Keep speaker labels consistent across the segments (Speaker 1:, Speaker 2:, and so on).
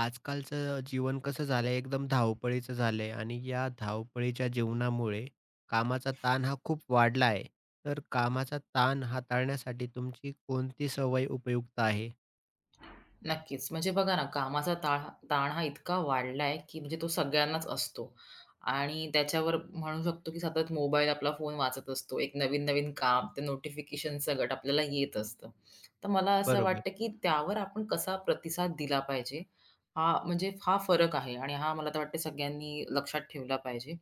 Speaker 1: आजकालचं जीवन कसं झालंय एकदम धावपळीचं झालंय आणि या धावपळीच्या जीवनामुळे कामाचा ताण हा खूप वाढला आहे. तर कामाचा ताण हाताळण्यासाठी तुमची कोणती सवय उपयुक्त आहे?
Speaker 2: नक्कीच. म्हणजे बघा ना, कामाचा ताण हा इतका वाढलाय, की म्हणजे तो सगळ्यांनाच असतो आणि त्याच्यावर म्हणू शकतो, की सतत मोबाईल आपला फोन वाचत असतो. एक नवीन-नवीन काम, ते नोटिफिकेशन सगट आपल्याला येत असतं. तर मला असं
Speaker 1: बरोबर.
Speaker 2: वाटतं, की त्यावर आपण कसा प्रतिसाद दिला पाहिजे, हा म्हणजे हा फरक आहे आणि हा मला तर वाटतं सगळ्यांनी लक्षात ठेवला पाहिजे.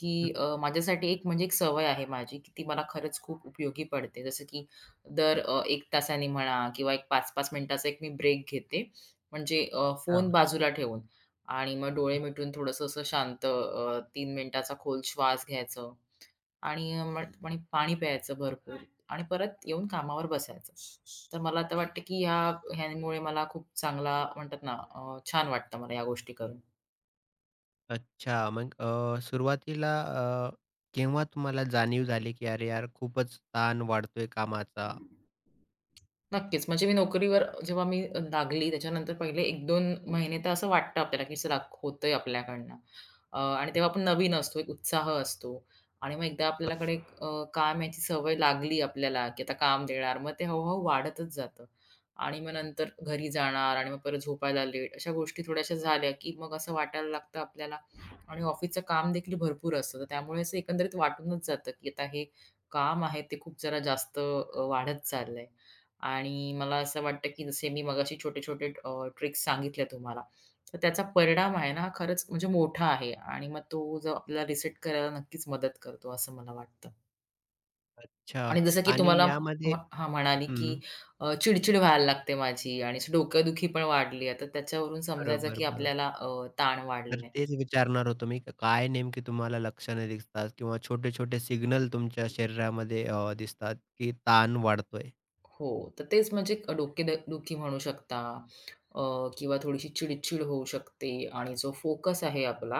Speaker 2: की
Speaker 1: हं,
Speaker 2: माझ्यासाठी एक म्हणजे एक सवय आहे माझी, की ती मला खरंच खूप उपयोगी पडते. जसं की दर 1 तासाने म्हणा किंवा एक 5-5 मिनिटाचा एक मी ब्रेक घेते. म्हणजे फोन
Speaker 1: हां.
Speaker 2: बाजूला ठेवून आणि मग डोळे
Speaker 1: हं.
Speaker 2: मिटून थोडंसं असं शांत 3 मिनिटाचा खोल श्वास घ्यायचं आणि आणि पाणी प्यायचं भरपूर आणि परत येऊन कामावर बसायचं. तर मला तर वाटतं, की ह्यामुळे मला खूप चांगला म्हणतात ना, छान वाटतं मला या गोष्टी करून.
Speaker 1: अच्छा. मग सुरुवातीला केव्हा तुम्हाला जाणीव झाली, की "अरे यार, खूपच ताण वाढतोय कामाचा."
Speaker 2: नक्कीच. म्हणजे मी नोकरीवर जेव्हा मी लागली त्याच्यानंतर पहिले 1-2 महिने तर असं वाटतं आपल्याला, की चला होतंय आपल्याकडनं. आणि तेव्हा आपण नवीन असतो, एक उत्साह असतो. आणि मग एकदा आपल्याकडे एक काम याची सवय लागली आपल्याला, की आता काम देणार. मग ते हळू वाढतच जातं. आणि मग नंतर घरी जाणार आणि मग परत झोपायला लेट. अशा गोष्टी थोड्याशा झाल्या, की मग असं वाटायला लागतं आपल्याला आणि ऑफिसचं काम देखील भरपूर असतं. तर त्यामुळे असं एकंदरीत वाटूनच जातं, की आता हे काम आहे ते खूप जरा जास्त वाढत चाललंय. आणि मला असं वाटतं, की जसे मी मगाशी छोटे-छोटे ट्रिक्स सांगितल्या तुम्हाला, तर त्याचा परिणाम आहे ना, हा खरंच म्हणजे मोठा आहे आणि मग तो जो आपल्याला रिसेट करायला नक्कीच मदत करतो, असं मला वाटतं.
Speaker 1: अच्छा.
Speaker 2: आणि जसं की
Speaker 1: आणि
Speaker 2: तुम्हाला
Speaker 1: यामध्ये
Speaker 2: म्हणाली, की
Speaker 1: हं.
Speaker 2: चिड-चिड व्हायला लागते माझी आणि डोकेदुखी पण वाढली आहे. तर त्याच्यावरून समजायचं,
Speaker 1: बरोबर,
Speaker 2: की आपल्याला
Speaker 1: बरोबर.
Speaker 2: ताण
Speaker 1: तर
Speaker 2: वाढला
Speaker 1: तेच विचारणार होतो मी, काय नेमकी तुम्हाला लक्षणे दिसतात किंवा छोटे-छोटे सिग्नल तुमच्या शरीरामध्ये दिसतात, की ताण वाढतोय.
Speaker 2: हो, तर तेच म्हणजे दुखी म्हणू शकता अ, किंवा थोडीशी चिड-चिड होऊ शकते आणि जो फोकस आहे आपला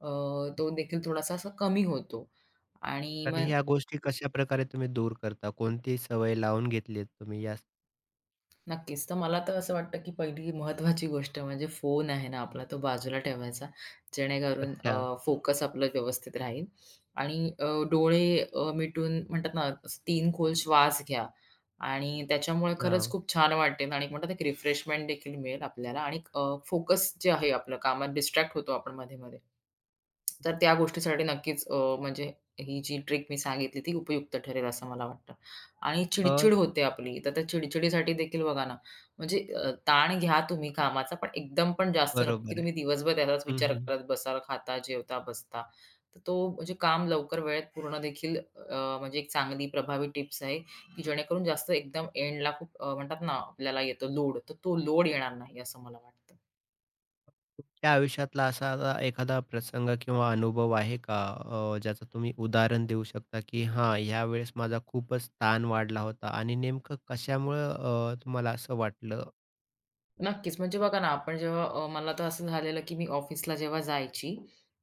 Speaker 2: अ, तो देखील थोडासा असा कमी होतो आणि
Speaker 1: तर
Speaker 2: मग
Speaker 1: ह्या गोष्टी कशा प्रकारे तुम्ही दूर करता? कोणती सवय लावून घेतलीत तुम्ही या
Speaker 2: नक्कीच. तर मला तर असं वाटतं, की पहिली महत्त्वाची गोष्ट म्हणजे फोन आहे ना आपला तो बाजूला ठेवायचा. जेणेकरून
Speaker 1: अच्छा.
Speaker 2: फोकस आपलं व्यवस्थित राहील आणि डोळे मिटून म्हणतात ना, 3 खोल श्वास घ्या आणि त्याच्यामुळे खरंच
Speaker 1: हां.
Speaker 2: खूप छान वाटेल आणि एक म्हणतात एक रिफ्रेशमेंट देखील मिळेल आपल्याला आणि फोकस जे आहे आपलं कामात डिस्ट्रॅक्ट होतो आपण मध्ये-मध्ये. तर त्या गोष्टीसाठी नक्कीच म्हणजे ही जी ट्रिक मी सांगितली ती उपयुक्त ठरेल असं मला वाटतं. आणि
Speaker 1: अ,
Speaker 2: चिडचिड होते आपली. तर त्या चिडचिडीसाठी देखील बघा ना, म्हणजे ताण घ्या तुम्ही कामाचा, पण एकदम पण जास्त नको, की
Speaker 1: बरोबर आहे.
Speaker 2: तुम्ही दिवसभर त्याचाच
Speaker 1: हं,
Speaker 2: विचार
Speaker 1: हं.
Speaker 2: करत बसाल, खाता, जेवता, बसता. तर तो म्हणजे काम लवकर वेळेत पूर्ण देखील म्हणजे एक चांगली प्रभावी टिप्स आहे, की जेणेकरून जास्त एकदम एंडला खूप म्हणतात ना, आपल्याला येतो लोड, तर तो लोड येणार नाही असं मला वाटतं.
Speaker 1: तुमच्या आयुष्यातला असा आता एखादा प्रसंग किंवा अनुभव आहे का ज्याचं तुम्ही उदाहरण देऊ शकता, की हां, ह्यावेळेस माझा खूपच ताण वाढला होता आणि नेमकं कशामुळं तुम्हाला असं वाटलं?
Speaker 2: नक्कीच. म्हणजे बघा ना, आपण जेव्हा मला तर असं झालेलं, की मी ऑफिसला जेव्हा जायची,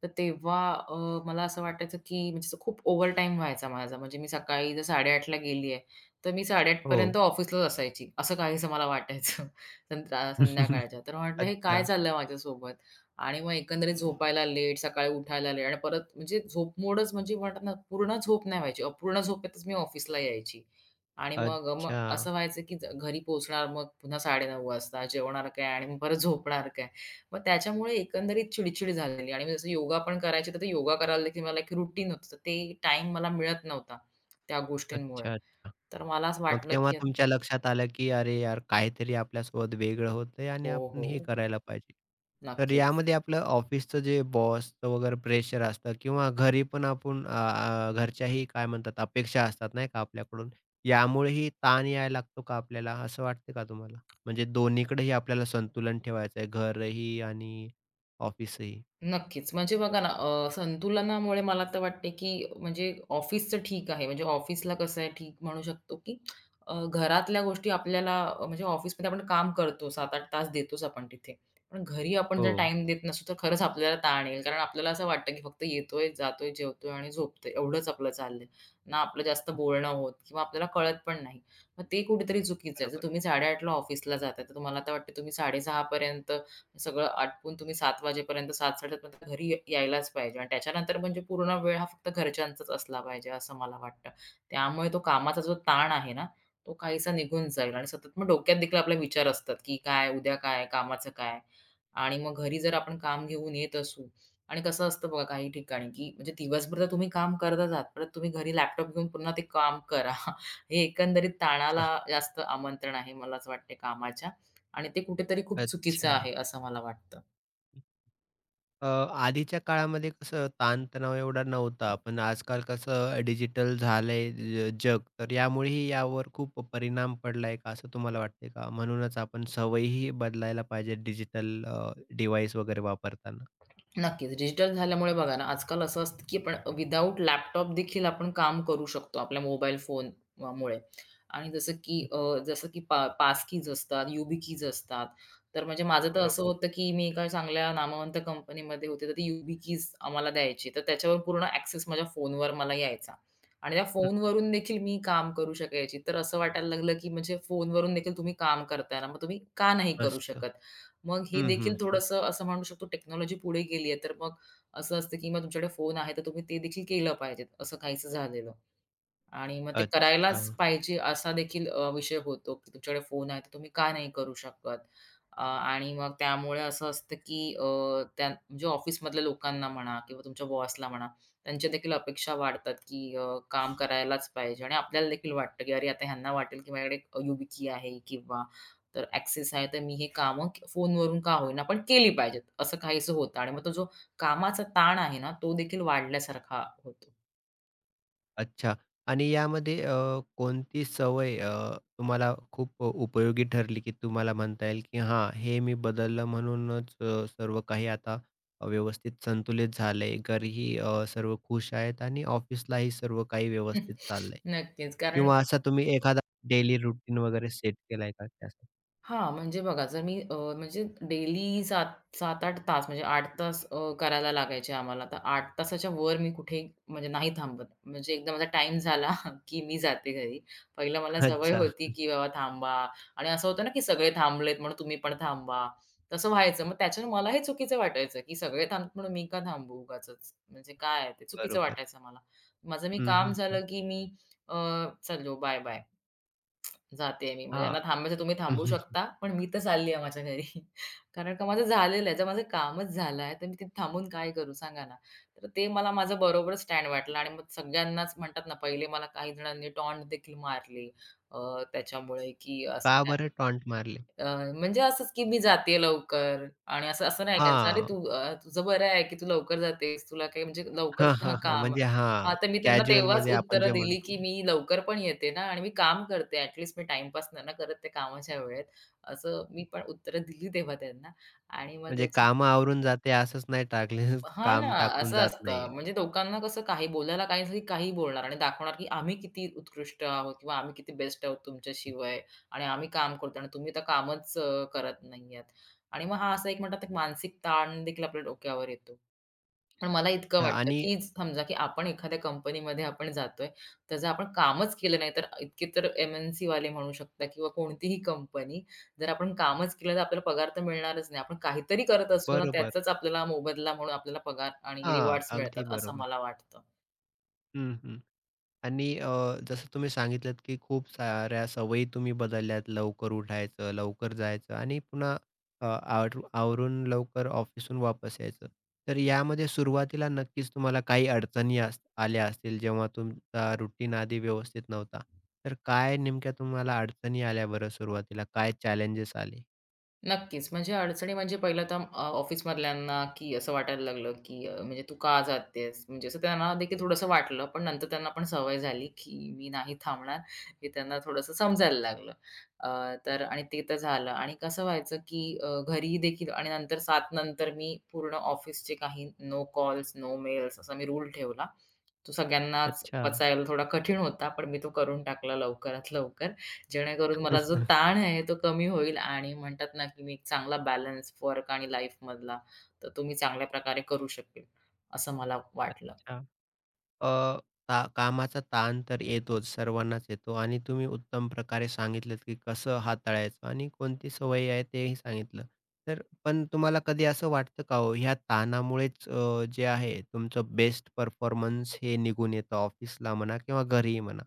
Speaker 2: तर तेव्हा मला असं वाटायचं, की म्हणजे असं खूप ओव्हरटाईम व्हायचा माझा. म्हणजे मी सकाळी जर 8:30 ला गेली आहे, तर मी 8:30 पर्यंत
Speaker 1: हो.
Speaker 2: ऑफिसलाच असायची. असं काहीसं मला वाटायचं संध्याकाळच्या. तर म्हटलं, "हे काय
Speaker 1: अच्छा.
Speaker 2: चाललंय माझ्यासोबत?" आणि मग एकंदरीत झोपायला लेट, सकाळी उठायला लेट आणि परत म्हणजे झोप मोडच म्हणजे म्हणतात ना, पूर्ण झोप नाही व्हायची. अपूर्ण झोपेतच मी ऑफिसला यायची. आणि मग मग
Speaker 1: अच्छा.
Speaker 2: असं व्हायचं की घरी पोहोचणार मग पुन्हा 9:30 वाजता जेवणार काय आणि मग परत झोपणार काय? मग त्याच्यामुळे एकंदरीत चिडचिड झालेली आणि मी जसं योगा पण करायची, तर ते योगा करायला देखील मला एक रुटीन होतं. तर ते टाइम मला मिळत नव्हता त्या गोष्टींमुळे.
Speaker 1: अच्छा, अच्छा.
Speaker 2: तर मला असं
Speaker 1: मग
Speaker 2: वाटलं
Speaker 1: तेव्हा
Speaker 2: की
Speaker 1: तुमच्या लक्षात आलं, की "अरे यार, काहीतरी आपल्यासोबत वेगळं होतंय आणि
Speaker 2: हो,
Speaker 1: आपण हे
Speaker 2: हो.
Speaker 1: करायला पाहिजे." तर
Speaker 2: नक्कीच.
Speaker 1: यामध्ये आपलं ऑफिसचं जे बॉसचं वगैरे प्रेशर असतं किंवा घरी पण आपण अ, अ, घरच्याही काय म्हणतात अपेक्षा असतात नाही का आपल्याकडून, यामुळेही ताण यायला लागतो का आपल्याला? असं वाटतं का तुम्हाला? म्हणजे दोन्हीकडेही आपल्याला संतुलन ठेवायचं आहे, घरही आणि ऑफिसही.
Speaker 2: नक्कीच. म्हणजे बघा ना, संतुलनामुळे मला तर वाटते, की म्हणजे ऑफिसचं ठीक आहे. म्हणजे ऑफिसला कसं आहे, ठीक म्हणू शकतो, की घरातल्या गोष्टी आपल्याला म्हणजे ऑफिसमध्ये आपण काम करतो, 7-8 तास देतोच आपण तिथे. पण घरी आपण
Speaker 1: हो.
Speaker 2: जर टाईम देत नसू, तर खरंच आपल्याला ताण येईल. कारण आपल्याला असं वाटतं, की फक्त येतोय, जातोय, जेवतोय आणि झोपतोय. एवढंच आपलं चाललंय. ना आपलं जास्त बोलणं होत किंवा आपल्याला कळत पण नाही. मग ते कुठेतरी चुकीचं आहे. जर
Speaker 1: बरोबर.
Speaker 2: तुम्ही 8:30 ला ऑफिसला जाताय, तर तुम्हाला आता वाटतं तुम्ही 6:30 सगळं आटपून तुम्ही 7 वाजेपर्यंत 7:30 घरी यायलाच पाहिजे आणि त्याच्यानंतर म्हणजे पूर्ण वेळ हा फक्त घरच्यांचाच असला पाहिजे, असं मला वाटतं. त्यामुळे तो कामाचा जो ताण आहे ना, तो काहीसा निघून जाईल आणि सतत मग डोक्यात देखील आपले विचार असतात, की काय उद्या काय, कामाचं काय? आणि मग घरी जर आपण काम घेऊन येत असू आणि कसं असतं बघा काही ठिकाणी, की म्हणजे दिवसभर तर तुम्ही काम करतच आहात, परत तुम्ही घरी लॅपटॉप घेऊन पुन्हा ते काम करा. हे एकंदरीत ताणाला जास्त आमंत्रण आहे, मला असं वाटते कामाच्या. आणि ते कुठेतरी खूप चुकीचं
Speaker 1: अच्छा.
Speaker 2: आहे, असं मला वाटतं.
Speaker 1: आधीच्या काळामध्ये कसं ताणतणाव एवढा नव्हता, पण आजकाल कसं डिजिटल झालंय जग, तर यामुळेही यावर खूप परिणाम पडलाय का, असं तुम्हाला वाटतंय का? म्हणूनच आपण सवयीही बदलायला पाहिजे डिजिटल डिव्हाइस वगैरे वापरताना.
Speaker 2: नक्कीच, डिजिटल झाल्यामुळे बघा ना, आजकाल असं असतं की आपण विथआऊट लॅपटॉप देखील आपण काम करू शकतो आपल्या मोबाईल फोन मुळे आणि जसं की
Speaker 1: हं,
Speaker 2: जसं की पास कीज असतात, यूबी कीज असतात. तर म्हणजे माझं तर असं
Speaker 1: बरोबर.
Speaker 2: होतं की मी एका चांगल्या नामवंत कंपनीमध्ये होते, तर ती यूबी कीज आम्हाला द्यायची. तर त्याच्यावर पूर्ण ॲक्सेस माझ्या फोनवर मला यायचा आणि त्या
Speaker 1: हं,
Speaker 2: फोनवरून देखील मी काम करू शकायची. तर असं वाटायला लागलं की म्हणजे फोनवरून देखील तुम्ही काम करताय ना, मग तुम्ही का नाही करू
Speaker 1: मस्त.
Speaker 2: शकत? मग हे
Speaker 1: हं, हं,
Speaker 2: देखील
Speaker 1: हं.
Speaker 2: थोडंसं असं म्हणू शकतो टेक्नॉलॉजी पुढे गेली आहे, तर मग असं असतं की मग तुमच्याकडे फोन आहे, तर तुम्ही ते देखील केलं पाहिजे, असं काहीसं झालेलं. आणि मग ते
Speaker 1: अच्छा.
Speaker 2: करायलाच पाहिजे असा देखील विषय होतो, की तुमच्याकडे फोन आहे, तर तुम्ही का नाही करू शकत? आणि मग त्यामुळे असं असतं, की त्या म्हणजे ऑफिसमधल्या लोकांना म्हणा किंवा तुमच्या बॉसला म्हणा, त्यांच्या देखील अपेक्षा वाढतात, की काम करायलाच पाहिजे आणि आपल्याला देखील वाटतं, की अरे आता ह्यांना वाटेल, की माझ्याकडे YubiKey आहे किंवा तर ॲक्सेस आहे, तर मी हे कामं फोनवरून का होईना, पण केली पाहिजेत, असं काहीसं होतं आणि मग तो जो कामाचा ताण आहे ना, तो देखील वाढल्यासारखा होतो.
Speaker 1: अच्छा. आणि यामध्ये कोणती सवय तुम्हाला खूप उपयोगी ठरली, की तुम्हाला म्हणता येईल, की हां, हे मी बदललं म्हणूनच सर्व काही आता व्यवस्थित संतुलित झालंय. घरीही सर्व खुश आहेत आणि ऑफिसलाही सर्व काही व्यवस्थित चाललंय
Speaker 2: नक्कीच, कारण
Speaker 1: किंवा असा तुम्ही एखादा डेली रुटीन वगैरे सेट केलाय का त्यासाठी?
Speaker 2: हां, म्हणजे बघा जर मी म्हणजे डेली 7 7-8 तास म्हणजे 8 तास करायला लागायचे आम्हाला. तर 8 तासाच्या वर मी कुठे म्हणजे नाही थांबत. म्हणजे एकदा माझा टाईम झाला, की मी जाते घरी. पहिलं मला सवय
Speaker 1: अच्छा,
Speaker 2: होती, की बाबा थांबा आणि असं होतं ना, की सगळे थांबलेत म्हणून तुम्ही पण थांबा. तसं व्हायचं. मग त्याच्याने मला हे चुकीचं वाटायचं, की सगळे थांबतात म्हणून मी का थांबू उगाचच? म्हणजे काय आहे ते? चुकीचं
Speaker 1: बरोबर.
Speaker 2: वाटायचं मला. माझं मी
Speaker 1: हं,
Speaker 2: काम
Speaker 1: हं, हं.
Speaker 2: झालं, की मी अ, "चलो बाय-बाय." जाते मी. म्हणजे
Speaker 1: हां.
Speaker 2: यांना थांबायचं तुम्ही
Speaker 1: हं,
Speaker 2: थांबू
Speaker 1: हं.
Speaker 2: शकता, पण मी तर चालली आहे माझ्या घरी. कारण का माझं झालेलं आहे. जर माझं कामच झालं आहे, तर मी तिथे थांबून काय करू सांगा ना? तर ते मला माझं बरोबर स्टँड वाटलं आणि मग सगळ्यांनाच म्हणतात ना, पहिले मला काही जणांनी टॉन्ट देखील मारली अ, त्याच्यामुळे की असं
Speaker 1: का बरं टॉन्ट मारले?
Speaker 2: अ, म्हणजे असंच की मी जाते लवकर आणि असं असं नाही करायचं. "अरे,
Speaker 1: हां.
Speaker 2: तू तुझं बरं आहे की तू लवकर जातेस. तुला काही म्हणजे लवकरच
Speaker 1: हां,
Speaker 2: हां,
Speaker 1: हां, हां.
Speaker 2: काम."
Speaker 1: म्हणजे
Speaker 2: हां,
Speaker 1: हां,
Speaker 2: तर मी त्यांना तेव्हाच
Speaker 1: कॅज्युअलमध्ये आपण
Speaker 2: उत्तरं
Speaker 1: जे
Speaker 2: दिली की
Speaker 1: म्हणतो.
Speaker 2: "मी लवकर पण येते ना आणि मी काम करते. ॲट लीस्ट मी टाईमपास नाही ना करत त्या कामाच्या वेळेत." असं मी पण उत्तरं दिली तेव्हा त्यांना आणि मग
Speaker 1: म्हणजे
Speaker 2: त्याचे
Speaker 1: कामं आवरून जाते असंच नाही टाकले
Speaker 2: हां ना,
Speaker 1: काम टाकून
Speaker 2: असं
Speaker 1: जात नाहीये.
Speaker 2: असतं. म्हणजे लोकांना कसं काही बोलायला काही नाही, काही बोलणार आणि दाखवणार, की आम्ही किती उत्कृष्ट आहोत किंवा आम्ही किती बेस्ट आहोत तुमच्याशिवाय आणि आम्ही काम करतो आणि तुम्ही तर कामच करत नाही आहात. आणि मग हा असा एक म्हणतात ना, मानसिक ताण देखील आपल्या डोक्यावर येतो. पण मला इतकं
Speaker 1: हां
Speaker 2: वाटतं,
Speaker 1: आणि
Speaker 2: की समजा, की आपण एखाद्या कंपनीमध्ये आपण जातोय, त्याचं आपण कामच केलं नाही, तर इतके तर एम-एन-सीवाले म्हणू शकता किंवा कोणतीही कंपनी, जर आपण कामच केलं तर आपल्याला पगार तर मिळणारच नाही. आपण काहीतरी करत असू ना,
Speaker 1: बरोबर.
Speaker 2: त्याचाच आपल्याला मोबदला म्हणून आपल्याला पगार आणि
Speaker 1: हां,
Speaker 2: रिवॉर्ड्स मिळतात,
Speaker 1: अगदी
Speaker 2: असं
Speaker 1: बरोबर.
Speaker 2: मला वाटतं.
Speaker 1: हं, हं. आणि जसं तुम्ही सांगितलत, की खूप साऱ्या सवयी तुम्ही बदलल्यात. लवकर उठायचं, लवकर जायचं आणि पुन्हा आवर आवरून लवकर ऑफिसहून वापस यायचं. तर यामध्ये सुरुवातीला नक्कीच तुम्हाला काही अडचणी आल्या असतील, जेव्हा तुमचा रुटीन आधी व्यवस्थित नव्हता. तर काय नेमक्या तुम्हाला अडचणी आल्या बरं सुरुवातीला? काय चॅलेंजेस आले?
Speaker 2: नक्कीच. म्हणजे अडचणी म्हणजे पहिलं तर ऑफिसमधल्यांना, की असं वाटायला लागलं, की म्हणजे तू का जातेस? म्हणजे असं त्यांना देखील थोडंसं वाटलं. पण नंतर त्यांना पण सवय झाली, की मी नाही थांबणार हे त्यांना थोडंसं समजायला लागलं. अ, तर आणि ते तर झालं आणि कसं व्हायचं, की घरी देखील आणि नंतर सात नंतर मी पूर्ण ऑफिसचे काही नो कॉल्स, नो मेल्स असा मी रूल ठेवला. तो सगळ्यांनाच
Speaker 1: अच्छा.
Speaker 2: पचायला थोडा कठीण होता, पण मी तो करून टाकला लवकरात लवकर. जेणेकरून मला जो ताण आहे तो कमी होईल आणि म्हणतात ना, की मी एक चांगला बॅलन्स वर्क आणि लाईफमधला, तर तो मी चांगल्या प्रकारे करू शकेल, असं मला वाटलं.
Speaker 1: अच्छा. अ, का कामाचा ताण तर येतोच, सर्वांनाच येतो आणि तुम्ही उत्तम प्रकारे सांगितलंत, की कसं हाताळायचं आणि कोणती सवयी आहे तेही सांगितलं. तर पण तुम्हाला कधी असं वाटतं का हो, ह्या ताणामुळेच जे आहे तुमचं बेस्ट परफॉर्मन्स हे निघून येतं ऑफिसला म्हणा किंवा घरीही म्हणा?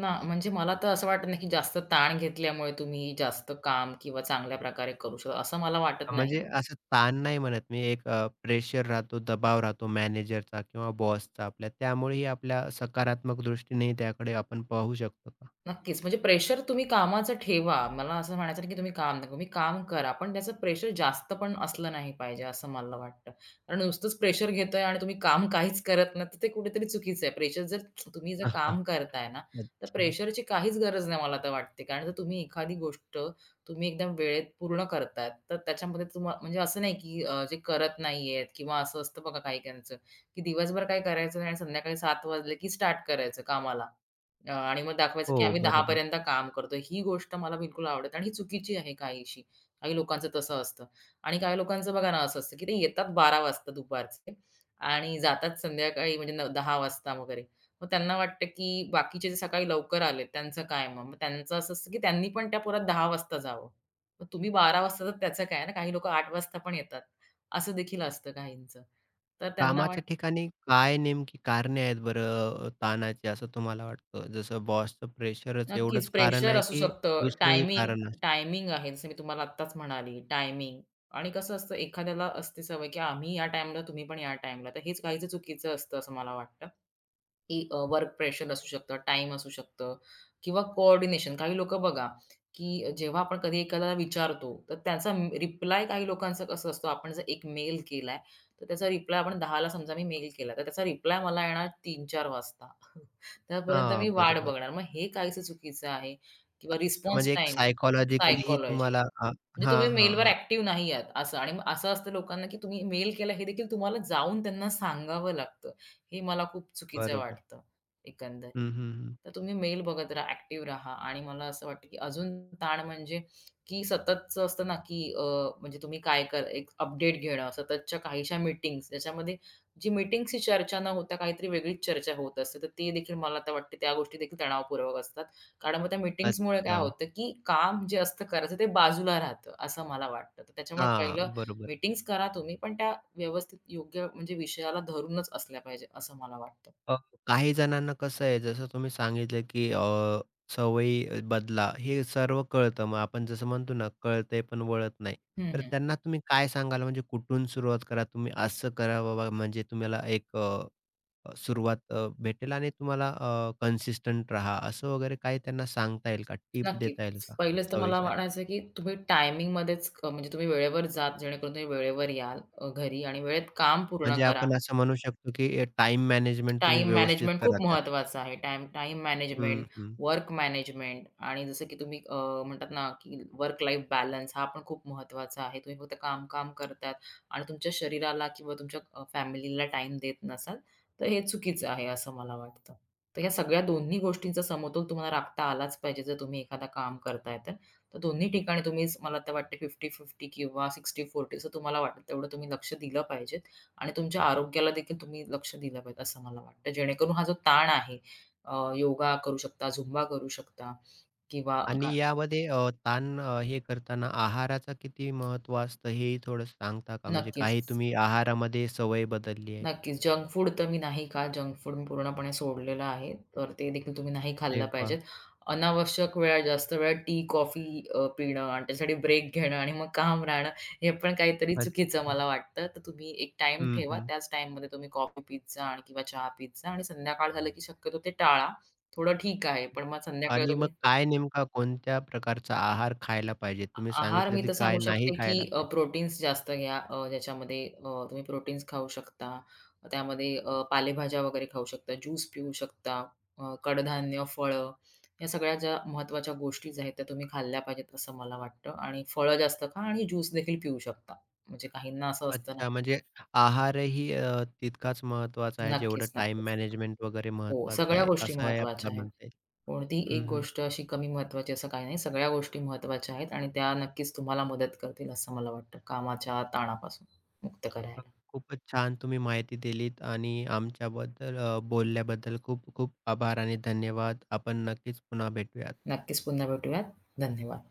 Speaker 2: ना म्हणजे मला तर असं वाटत नाही, की जास्त ताण घेतल्यामुळे तुम्ही जास्त काम किंवा चांगल्या प्रकारे करू शकता, असं मला
Speaker 1: अ,
Speaker 2: वाटत नाही.
Speaker 1: म्हणजे असं ताण नाही म्हणत मी, एक प्रेशर राहतो, दबाव राहतो मॅनेजरचा किंवा बॉसचा आपल्या, त्यामुळेही आपल्या सकारात्मक दृष्टीने त्याकडे आपण पाहू शकतो का?
Speaker 2: नक्कीच. म्हणजे प्रेशर तुम्ही कामाचं ठेवा. मला असं म्हणायचं नाही, की तुम्ही काम नको. तुम्ही काम करा. पण त्याचं प्रेशर जास्त पण असलं नाही पाहिजे, असं मला वाटतं. कारण नुसतंच प्रेशर घेतोय आणि तुम्ही काम काहीच करत नाही, तर ते कुठेतरी चुकीचं आहे. प्रेशर जर तुम्ही काम करताय ना, तर
Speaker 1: अच्छा.
Speaker 2: प्रेशरची काहीच गरज नाही मला तर वाटते. कारण जर तुम्ही एखादी गोष्ट तुम्ही एकदम वेळेत पूर्ण करताय, तर त्याच्यामध्ये म्हणजे असं नाही, की जे करत नाहीयेत किंवा असं असतं बघा काही-काहींचं, की दिवसभर काय करायचं नाही आणि संध्याकाळी 7 वाजले, की स्टार्ट करायचं कामाला. आणि मग दाखवायचं
Speaker 1: हो,
Speaker 2: की आम्ही 10
Speaker 1: बरोबर.
Speaker 2: पर्यंत काम करतो. ही गोष्ट मला बिलकुल आवडत आणि ही चुकीची आहे काहीशी. काही लोकांचं तसं असतं आणि काही लोकांचं बघा ना असं असतं, की ते येतात 12 वाजता दुपारचे आणि जातात संध्याकाळी म्हणजे न 10 वाजता वगैरे. मग त्यांना वाटतं, की बाकीचे जे सकाळी लवकर आलेत त्यांचं काय मग? मग त्यांचं असं असतं, की त्यांनी पण त्या पुरात 10 वाजता जावं. मग तुम्ही 12 वाजता तर त्याचं काय ना? काही लोकं 8 वाजता पण येतात. असं देखील असतं काहींचं. तर त्यांना
Speaker 1: कामाच्या ठिकाणी काय नेमकी कारणे आहेत बरं ताणाची असं तुम्हाला वाटतं? जसं बॉसचं प्रेशरच
Speaker 2: नक्कीच,
Speaker 1: एवढंच कारण
Speaker 2: प्रेशर
Speaker 1: आहे,
Speaker 2: असू
Speaker 1: की
Speaker 2: शकतं.
Speaker 1: दुसरंही
Speaker 2: टायमिंग
Speaker 1: कारण आहे?
Speaker 2: टायमिंग आहे. जसं मी तुम्हाला आत्ताच म्हणाली टायमिंग आणि कसं असतं एखाद्याला असते सवय, की आम्ही या टाईमला तुम्ही पण या टाईमला. तर हेच काहीचं चुकीचं असतं असं मला वाटतं. की वर्क प्रेशर असू शकतं, टाईम असू शकतं किंवा कोऑर्डिनेशन. काही लोकं बघा, की जेव्हा आपण कधी एखाद्याला विचारतो, तर त्याचा रिप्लाय काही लोकांचं कसं असतो, आपण जर एक मेल केलाय, तर त्याचा रिप्लाय आपण 10:00ला समजा मी मेल केला, तर त्याचा रिप्लाय मला येणार 3-4 वाजता. त्यापर्यंत
Speaker 1: हां,
Speaker 2: मी वाट
Speaker 1: बरोबर.
Speaker 2: बघणार. मग हे काहीसं चुकीचं आहे किंवा रिस्पॉन्स
Speaker 1: म्हणजे एक
Speaker 2: टाईम,
Speaker 1: सायकॉलॉजिकलीही
Speaker 2: सायकॉलॉजी.
Speaker 1: तुम्हाला अ,
Speaker 2: म्हणजे तुम्ही
Speaker 1: हां, हां,
Speaker 2: मेलवर
Speaker 1: हां.
Speaker 2: ॲक्टिव्ह नाही आहात असं आणि मग असं असतं लोकांना, की तुम्ही मेल केला हे देखील तुम्हाला जाऊन त्यांना सांगावं लागतं. हे मला खूप चुकीचं
Speaker 1: बरोबर.
Speaker 2: वाटतं एकंदरीत.
Speaker 1: हं, हं, हं.
Speaker 2: तर तुम्ही मेल बघत राहा, ॲक्टिव्ह राहा आणि मला असं वाटतं की अजून ताण म्हणजे की सततचं असतं ना की म्हणजे तुम्ही काय कर एक अपडेट घेणं, सततच्या काहीशा मीटिंग्स त्याच्यामध्ये जी मीटिंग्सची चर्चा न होता काहीतरी वेगळीच चर्चा होत असते. तर ते देखील मला तर वाटते त्या गोष्टी देखील तणावपूर्वक असतात. कारण मग त्या मीटिंग्समुळे काय
Speaker 1: अच्छा.
Speaker 2: होतं की काम जे असतं करायचं ते बाजूला राहतं, असं मला वाटतं. तर त्याच्यामुळे पहिलं
Speaker 1: हां, बरोबर.
Speaker 2: मीटिंग्स करा तुम्ही, पण त्या व्यवस्थित योग्य म्हणजे विषयाला धरूनच असल्या पाहिजे, असं मला वाटतं.
Speaker 1: अ, काही जणांना कसं आहे, जसं तुम्ही सांगितलं, की सवयी बदला, हे सर्व कळतं. मग आपण जसं म्हणतो ना, कळतंय पण वळत नाही.
Speaker 2: हं,
Speaker 1: तर
Speaker 2: हं.
Speaker 1: त्यांना तुम्ही काय सांगाल? म्हणजे कुठून सुरुवात करा? तुम्ही असं करा बाबा, म्हणजे तुम्हाला एक अ, अ, सुरुवात भेटेल आणि तुम्हाला कन्सिस्टंट राहा, असं वगैरे काही त्यांना सांगता येईल का? टिप
Speaker 2: नक्की.
Speaker 1: देता येईल का
Speaker 2: पहिलंच तर मला
Speaker 1: सवयीसाठी?
Speaker 2: म्हणायचं आहे, की तुम्ही टायमिंगमध्येच म्हणजे तुम्ही वेळेवर जा, जेणेकरून तुम्ही वेळेवर याल घरी आणि वेळेत काम पूर्ण
Speaker 1: म्हणजे
Speaker 2: करा.
Speaker 1: आपण असं म्हणू शकतो, की टाईम मॅनेजमेंट तुम्ही
Speaker 2: टाइम
Speaker 1: व्यवस्थित
Speaker 2: मॅनेजमेंट खूप
Speaker 1: करा त्यात.
Speaker 2: महत्त्वाचं आहे. टाईम टाईम
Speaker 1: हं,
Speaker 2: मॅनेजमेंट,
Speaker 1: हं.
Speaker 2: वर्क मॅनेजमेंट आणि जसं की तुम्ही म्हणतात ना, की वर्क लाईफ बॅलन्स हा पण खूप महत्त्वाचा आहे. तुम्ही फक्त काम-काम करतात आणि तुमच्या शरीराला किंवा तुमच्या फॅमिलीला टाईम देत नसाल, तर हे चुकीचं आहे असं मला वाटतं. तर या सगळ्या दोन्ही गोष्टींचा समतोल तुम्हाला राखता आलाच पाहिजे जर तुम्ही एखादा काम करताय तर. तर दोन्ही ठिकाणी तुम्हीच मला तर वाटतं 50-50 किंवा 60-40 असं तुम्हाला वाटेल तेवढं तुम्ही लक्ष दिलं पाहिजे. आणि तुमच्या आरोग्याला देखील तुम्ही लक्ष दिलं पाहिजे असं मला वाटतं. जेणेकरून हा जो ताण आहे योगा करू शकता, झुंबा करू शकता किंवा गा
Speaker 1: आणि यामध्ये ताण हे करताना आहाराचं किती महत्त्व असतं हेही थोडं सांगता का? म्हणजे काही
Speaker 2: नक्कीच.
Speaker 1: तुम्ही आहारामध्ये सवय बदलली आहे?
Speaker 2: नक्कीच. जंक फूड तर मी नाही खात. जंक फूड मी पूर्णपणे सोडलेलं आहे. तर ते देखील तुम्ही नाही
Speaker 1: अरे
Speaker 2: खाल्लं
Speaker 1: वाह!
Speaker 2: पाहिजेत. अनावश्यक वेळा, जास्त वेळा टी, कॉफी पिणं आणि त्यासाठी ब्रेक घेणं आणि मग काम राहणं, हे पण काहीतरी
Speaker 1: अच्छा.
Speaker 2: चुकीचं मला वाटतं. तर तुम्ही एक टाईम
Speaker 1: हं,
Speaker 2: ठेवा.
Speaker 1: हं.
Speaker 2: त्याच टाईममध्ये तुम्ही कॉफी पीत आणि किंवा चहा पीत आणि संध्याकाळ झालं की शक्यतो ते टाळा. थोडं ठीक आहे, पण मग संध्याकाळी
Speaker 1: आणि
Speaker 2: तुम्ही
Speaker 1: मग काय नेमका कोणत्या प्रकारचा आहार खायला पाहिजे? तुम्ही
Speaker 2: आहार
Speaker 1: सांगितलं
Speaker 2: मी
Speaker 1: की
Speaker 2: तर
Speaker 1: काय
Speaker 2: सांगू
Speaker 1: नाही
Speaker 2: शकते, की
Speaker 1: खायला पाहिजे.
Speaker 2: प्रोटीन्स जास्त घ्या. ज्याच्यामध्ये तुम्ही प्रोटीन्स खाऊ शकता. त्यामध्ये पालेभाज्या वगैरे खाऊ शकता, ज्यूस पिऊ शकता, कडधान्य, फळं या सगळ्या ज्या महत्त्वाच्या गोष्टीच आहेत, त्या तुम्ही खाल्ल्या पाहिजेत असं मला वाटतं आणि फळं जास्त खा आणि ज्यूस देखील पिऊ शकता. म्हणजे काहींना असं असतं ना
Speaker 1: अच्छा, म्हणजे आहारही तितकाच महत्त्वाचा आहे, जेवढं
Speaker 2: नक्कीच,
Speaker 1: टाईम
Speaker 2: नक्कीच.
Speaker 1: मॅनेजमेंट वगैरे
Speaker 2: हो,
Speaker 1: महत्त्वाचं
Speaker 2: सगळ्या
Speaker 1: आहे,
Speaker 2: गोष्टी
Speaker 1: असं हे
Speaker 2: महत्त्वाच्या
Speaker 1: आपल्याला
Speaker 2: आहेत.
Speaker 1: म्हणता येईल.
Speaker 2: कोणतीही
Speaker 1: हं,
Speaker 2: एक
Speaker 1: हं.
Speaker 2: गोष्ट अशी कमी महत्त्वाची असं काही नाही. सगळ्या गोष्टी महत्त्वाच्या आहेत आणि त्या नक्कीच तुम्हाला मदत करतील असं मला वाटतं, कामाच्या ताणापासून मुक्त
Speaker 1: अ,
Speaker 2: करायला.
Speaker 1: खूपच छान तुम्ही माहिती दिलीत आणि आमच्याबद्दल बोलल्याबद्दल खूप खूप आभार आणि धन्यवाद. आपण नक्कीच पुन्हा भेटूयात.
Speaker 2: नक्कीच पुन्हा भेटूयात. धन्यवाद.